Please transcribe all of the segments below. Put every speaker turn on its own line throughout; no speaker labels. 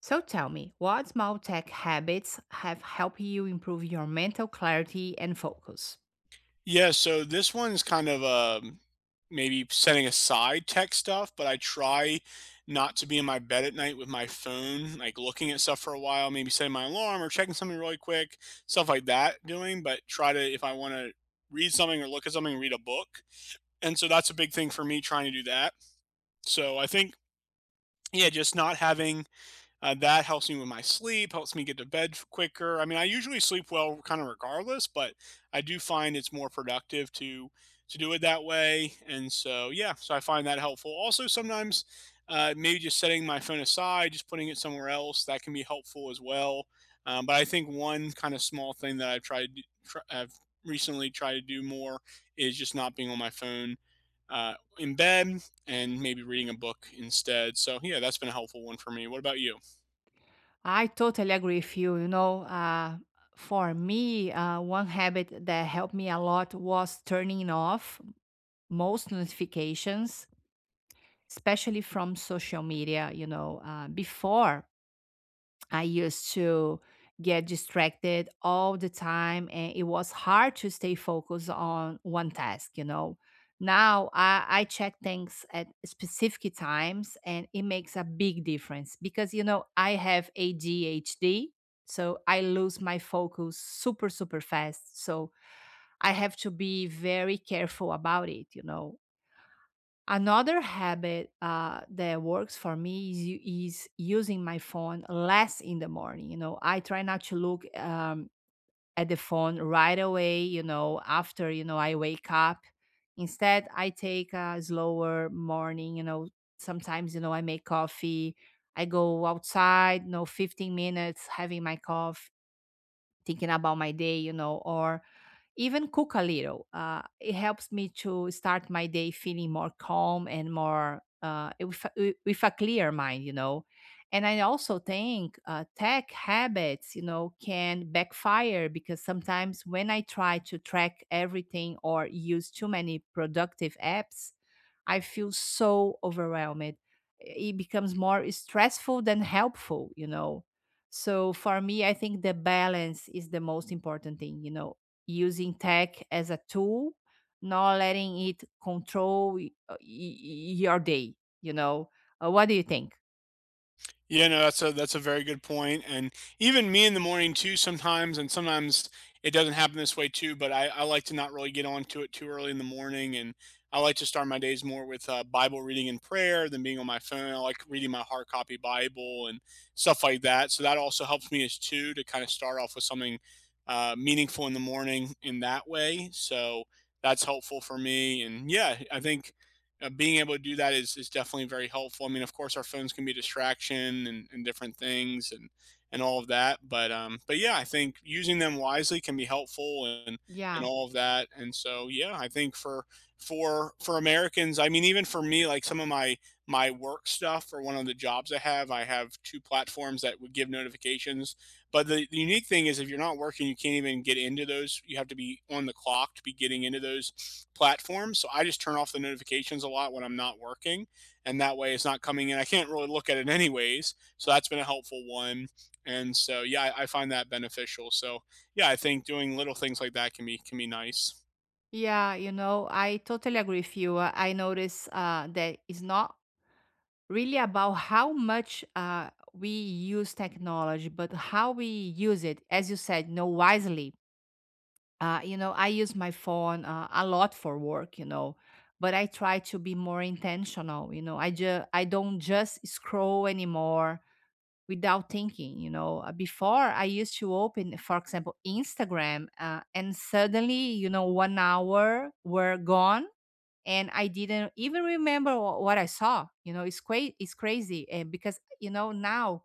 So tell me, what small tech habits have helped you improve your mental clarity and focus?
Yeah, so this one's kind of, maybe setting aside tech stuff, but I try not to be in my bed at night with my phone, like, looking at stuff for a while, maybe setting my alarm or checking something really quick, stuff like that doing, but try to if I wanna read something or look at something, read a book, and so that's a big thing for me trying to do that. So I think, yeah, just not having that helps me with my sleep, helps me get to bed quicker. I mean, I usually sleep well kind of regardless, but I do find it's more productive to do it that way. And so, yeah, so I find that helpful. Also, sometimes maybe just setting my phone aside, just putting it somewhere else, that can be helpful as well. But I think one kind of small thing that I've tried, I've recently tried to do more is just not being on my phone in bed and maybe reading a book instead. So, yeah, that's been a helpful one for me. What about you?
I totally agree with you. For me, one habit that helped me a lot was turning off most notifications, especially from social media. Before I used to get distracted all the time and it was hard to stay focused on one task. Now I check things at specific times and it makes a big difference because, I have ADHD. So I lose my focus super, super fast. So I have to be very careful about it. Another habit that works for me is using my phone less in the morning. I try not to look at the phone right away, after, I wake up. Instead, I take a slower morning, sometimes, I make coffee. I go outside, 15 minutes having my coffee, thinking about my day, or even cook a little. It helps me to start my day feeling more calm and more with a clear mind. And I also think tech habits, can backfire because sometimes when I try to track everything or use too many productive apps, I feel so overwhelmed. It becomes more stressful than helpful. So for me, I think the balance is the most important thing, using tech as a tool, not letting it control your day, you know? What do you think?
Yeah, no, that's a very good point. And even me in the morning too sometimes, and sometimes it doesn't happen this way too, but I like to not really get onto it too early in the morning, and I like to start my days more with Bible reading and prayer than being on my phone. I like reading my hard copy Bible and stuff like that. So that also helps me as too to kind of start off with something meaningful in the morning in that way. So that's helpful for me. And yeah, I think being able to do that is definitely very helpful. I mean, of course, our phones can be a distraction and different things and all of that. But yeah, I think using them wisely can be helpful and
Yeah.
all of that. And so yeah, I think for Americans, I mean, even for me, like some of my work stuff for one of the jobs I have two platforms that would give notifications, but the unique thing is, if you're not working, you can't even get into those. You have to be on the clock to be getting into those platforms. So I just turn off the notifications a lot when I'm not working, and that way it's not coming in. I can't really look at it anyways. So that's been a helpful one. And so yeah, I find that beneficial. So yeah, I think doing little things like that can be nice.
Yeah, I totally agree with you. I notice that it's not really about how much we use technology, but how we use it, as you said, wisely. I use my phone a lot for work, but I try to be more intentional. I don't just scroll anymore without thinking. Before I used to open, for example, Instagram, and suddenly, 1 hour were gone and I didn't even remember what I saw. It's crazy, it's crazy. Because now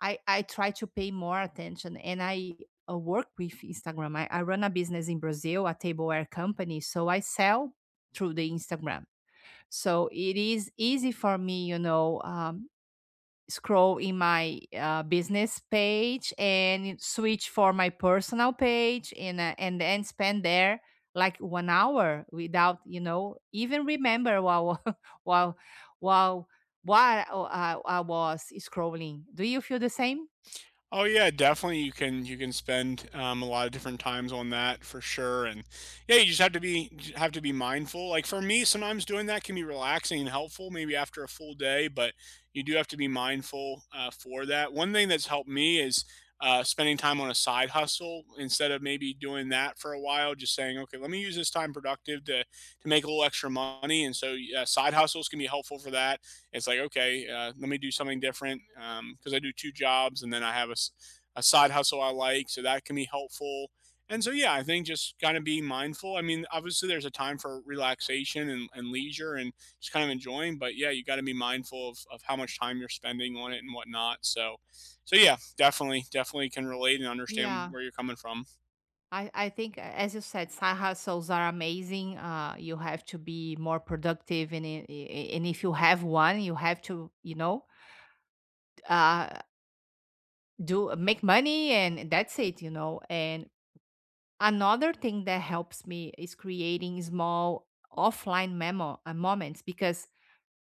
I try to pay more attention and I work with Instagram. I run a business in Brazil, a tableware company, so I sell through the Instagram. So it is easy for me, scroll in my business page and switch for my personal page and then spend there like 1 hour without, even remember while while while while I was scrolling. Do you feel the same?
Oh yeah, definitely. You can spend a lot of different times on that for sure, and yeah, you just have to be mindful. Like for me, sometimes doing that can be relaxing and helpful, maybe after a full day, but you do have to be mindful for that. One thing that's helped me is spending time on a side hustle instead of maybe doing that for a while. Just saying, okay, let me use this time productive to make a little extra money, and so side hustles can be helpful for that. It's like, okay, let me do something different because I do two jobs and then I have a side hustle I like, so that can be helpful. And so yeah, I think just kind of being mindful. I mean, obviously there's a time for relaxation and leisure and just kind of enjoying, but yeah, you got to be mindful of how much time you're spending on it and whatnot. So so yeah, definitely can relate and understand
Yeah,
where you're coming from.
I, I think as you said, side hustles are amazing. You have to be more productive, and and if you have one, you have to uh, do make money, and that's it, and another thing that helps me is creating small offline memo moments, because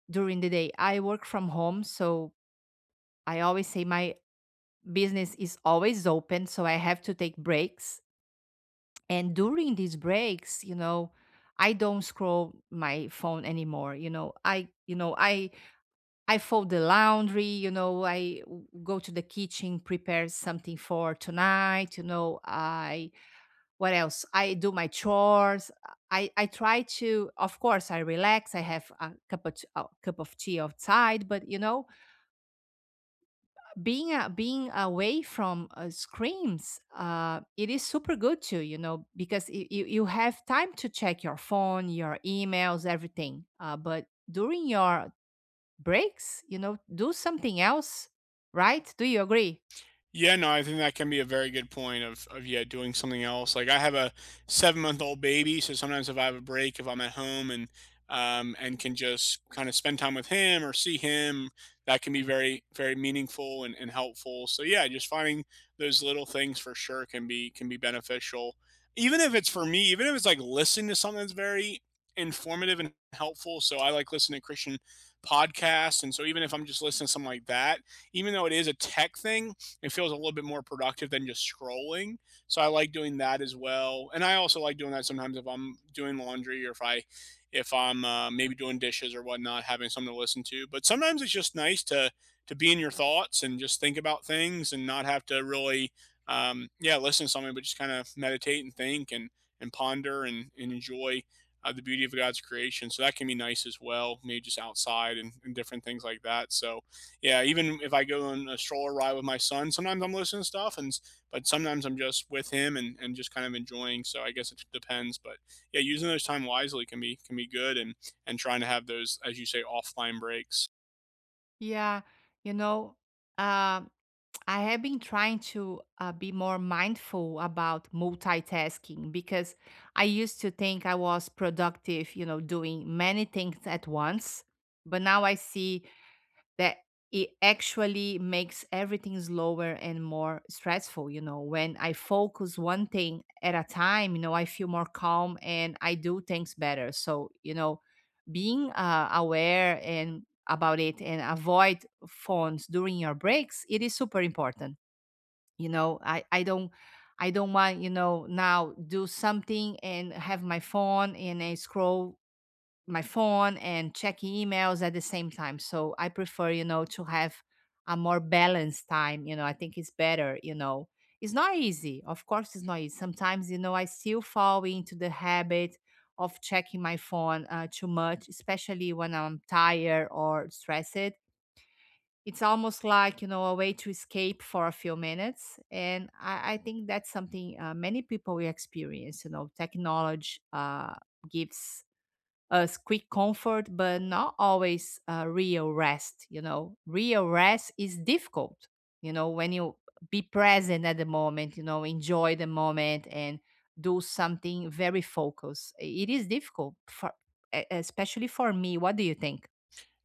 during the day I work from home, so I always say my business is always open, so I have to take breaks, and during these breaks, I don't scroll my phone anymore. I fold the laundry, I go to the kitchen, prepare something for tonight you know I What else? I do my chores. I try to, of course, I relax. I have a a cup of tea outside, but being away from screens. It is super good too. Because you have time to check your phone, your emails, everything. But during your breaks, do something else, right? Do you agree?
Yeah, no, I think that can be a very good point of yeah, doing something else. Like I have a 7 month old baby, so sometimes if I have a break, if I'm at home and can just kind of spend time with him or see him, that can be very, very meaningful and helpful. So yeah, just finding those little things for sure can be beneficial. Even if it's for me, even if it's like listening to something that's very informative and helpful. So I like listening to Christian podcasts. And so even if I'm just listening to something like that, even though it is a tech thing, it feels a little bit more productive than just scrolling. So I like doing that as well. And I also like doing that sometimes if I'm doing laundry or if I'm maybe doing dishes or whatnot, having something to listen to. But sometimes it's just nice to be in your thoughts and just think about things and not have to really yeah, listen to something, but just kind of meditate and think and ponder and enjoy the beauty of God's creation. So that can be nice as well, maybe just outside and different things like that. So yeah, even if I go on a stroller ride with my son, sometimes I'm listening to stuff, and but sometimes I'm just with him and just kind of enjoying. So I guess it depends, but yeah, using those time wisely can be good, and trying to have those, as you say, offline breaks.
Yeah, you know. Um, I have been trying to be more mindful about multitasking because I used to think I was productive, doing many things at once. But now I see that it actually makes everything slower and more stressful. When I focus one thing at a time, I feel more calm and I do things better. So, being aware and about it and avoid phones during your breaks, it is super important. I don't, I don't want, now do something and have my phone and I scroll my phone and check emails at the same time. So I prefer, to have a more balanced time. I think it's better. It's not easy, of course. It's not easy sometimes. I still fall into the habit of checking my phone too much, especially when I'm tired or stressed. It's almost like, a way to escape for a few minutes. And I think that's something many people will experience. Technology gives us quick comfort but not always real rest. Real rest is difficult. When you be present at the moment, enjoy the moment and do something very focused, it is difficult for especially for me. What do you think?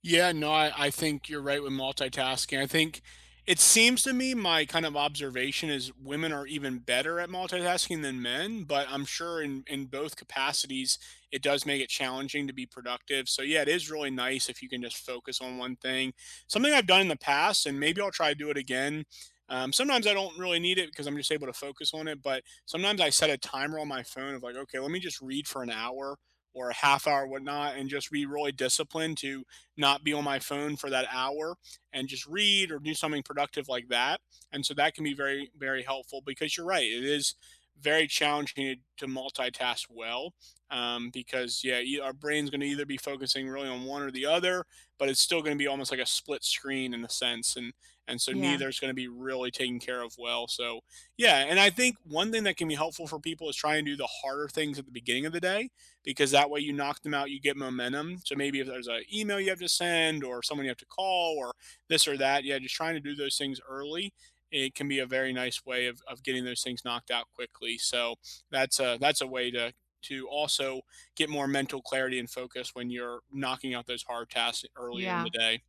Yeah, no, I think you're right with multitasking. I think it seems to me my kind of observation is women are even better at multitasking than men, but I'm sure in both capacities, it does make it challenging to be productive. So, yeah, it is really nice if you can just focus on one thing. Something I've done in the past, and maybe I'll try to do it again. Sometimes I don't really need it because I'm just able to focus on it, but sometimes I set a timer on my phone of like, okay, let me just read for an hour or a half hour, whatnot, and just be really disciplined to not be on my phone for that hour and just read or do something productive like that. And so that can be very, very helpful because you're right. It is very challenging to multitask well because, yeah, you, our brain's going to either be focusing really on one or the other, but it's still going to be almost like a split screen in a sense. And so
Yeah,
neither is going to be really taken care of well. So, yeah. And I think one thing that can be helpful for people is trying to do the harder things at the beginning of the day because that way you knock them out, you get momentum. So maybe if there's an email you have to send or someone you have to call or this or that, yeah, just trying to do those things early. It can be a very nice way of getting those things knocked out quickly. So that's a way to also get more mental clarity and focus when you're knocking out those hard tasks earlier in the
yeah.
day.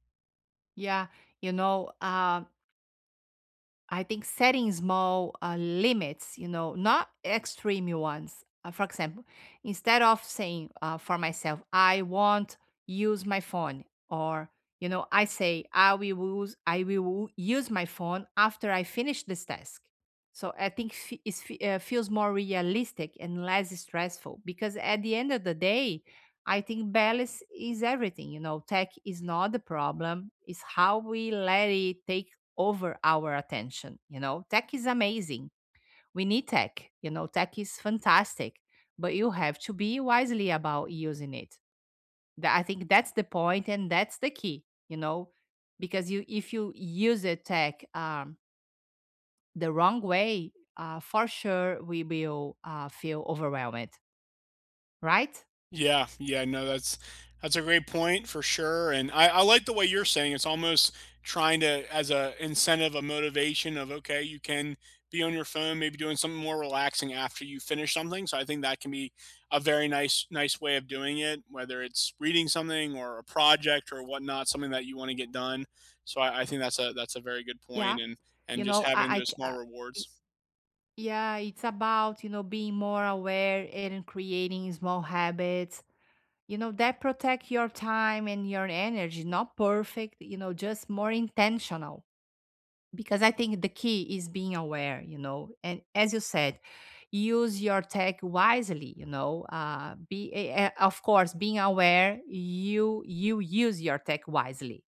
Yeah, you know, uh, I think setting small limits, not extreme ones. For example, instead of saying for myself, I won't use my phone, or I say I will use my phone after I finish this task. So I think feels more realistic and less stressful because at the end of the day, I think balance is everything. Tech is not the problem; it's how we let it take over our attention. Tech is amazing. We need tech. Tech is fantastic, but you have to be wisely about using it. I think that's the point and that's the key. You know, because you if you use a tech the wrong way, for sure we will feel overwhelmed, right?
Yeah, yeah, no, that's a great point for sure, and I like the way you're saying it's almost trying to as a incentive, a motivation of okay, you can be on your phone, maybe doing something more relaxing after you finish something. So I think that can be a very nice way of doing it, whether it's reading something or a project or whatnot, something that you want to get done. So I think that's a very good
Yeah,
point, and
you
just
know,
having
I,
those
I,
small
I i-
rewards.
yeah, it's about being more aware and creating small habits that protect your time and your energy, not perfect, just more intentional. Because I think the key is being aware. And as you said, use your tech wisely. Of course, being aware, you use your tech wisely.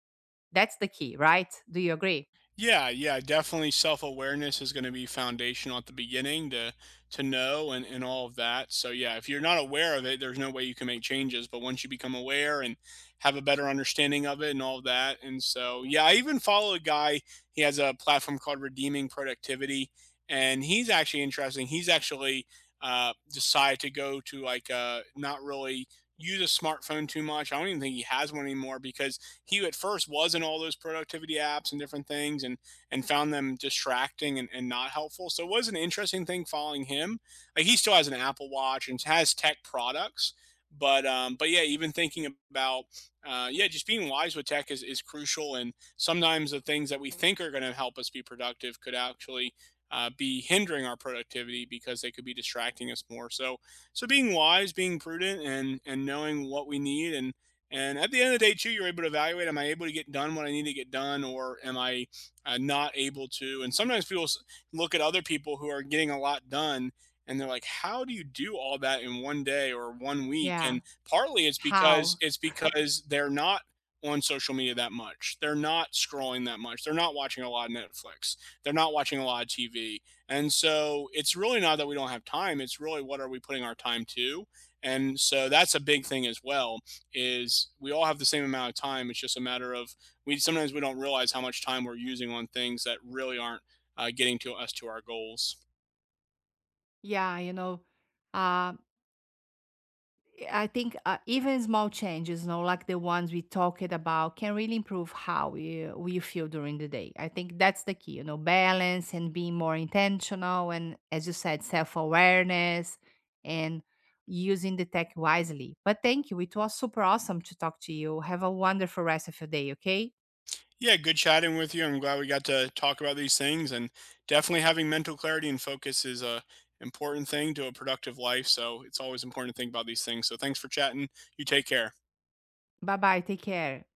That's the key, right? Do you agree?
Yeah, yeah, definitely self-awareness is going to be foundational at the beginning to know and all of that. So yeah, if you're not aware of it, there's no way you can make changes, but once you become aware and have a better understanding of it and all of that. And so yeah, I even follow a guy, he has a platform called Redeeming Productivity, and he's actually interesting. He's actually decided to go to like not really use a smartphone too much. I don't even think he has one anymore because he at first was in all those productivity apps and different things and found them distracting and not helpful. So it was an interesting thing following him. Like he still has an Apple Watch and has tech products. But yeah, even thinking about yeah, just being wise with tech is crucial. And sometimes the things that we think are going to help us be productive could actually be hindering our productivity because they could be distracting us more. So, so being wise, being prudent, and knowing what we need and at the end of the day, too, you're able to evaluate: am I able to get done what I need to get done, or am I not able to? And sometimes people look at other people who are getting a lot done, and they're like, "How do you do all that in one day or one week?"
Yeah.
And partly
how
it's because they're not on social media that much. They're not scrolling that much. They're not watching a lot of Netflix. They're not watching a lot of TV. And so it's really not that we don't have time. It's really, what are we putting our time to? And so that's a big thing as well is we all have the same amount of time. It's just a matter of we sometimes we don't realize how much time we're using on things that really aren't getting to us to our goals.
yeah you know uh, I think even small changes, like the ones we talked about, can really improve how we feel during the day. I think that's the key, balance and being more intentional. And as you said, self awareness and using the tech wisely. But thank you. It was super awesome to talk to you. Have a wonderful rest of your day, okay?
Yeah, good chatting with you. I'm glad we got to talk about these things, and definitely having mental clarity and focus is a important thing to a productive life. So it's always important to think about these things. So thanks for chatting. You take care.
Bye bye. Take care.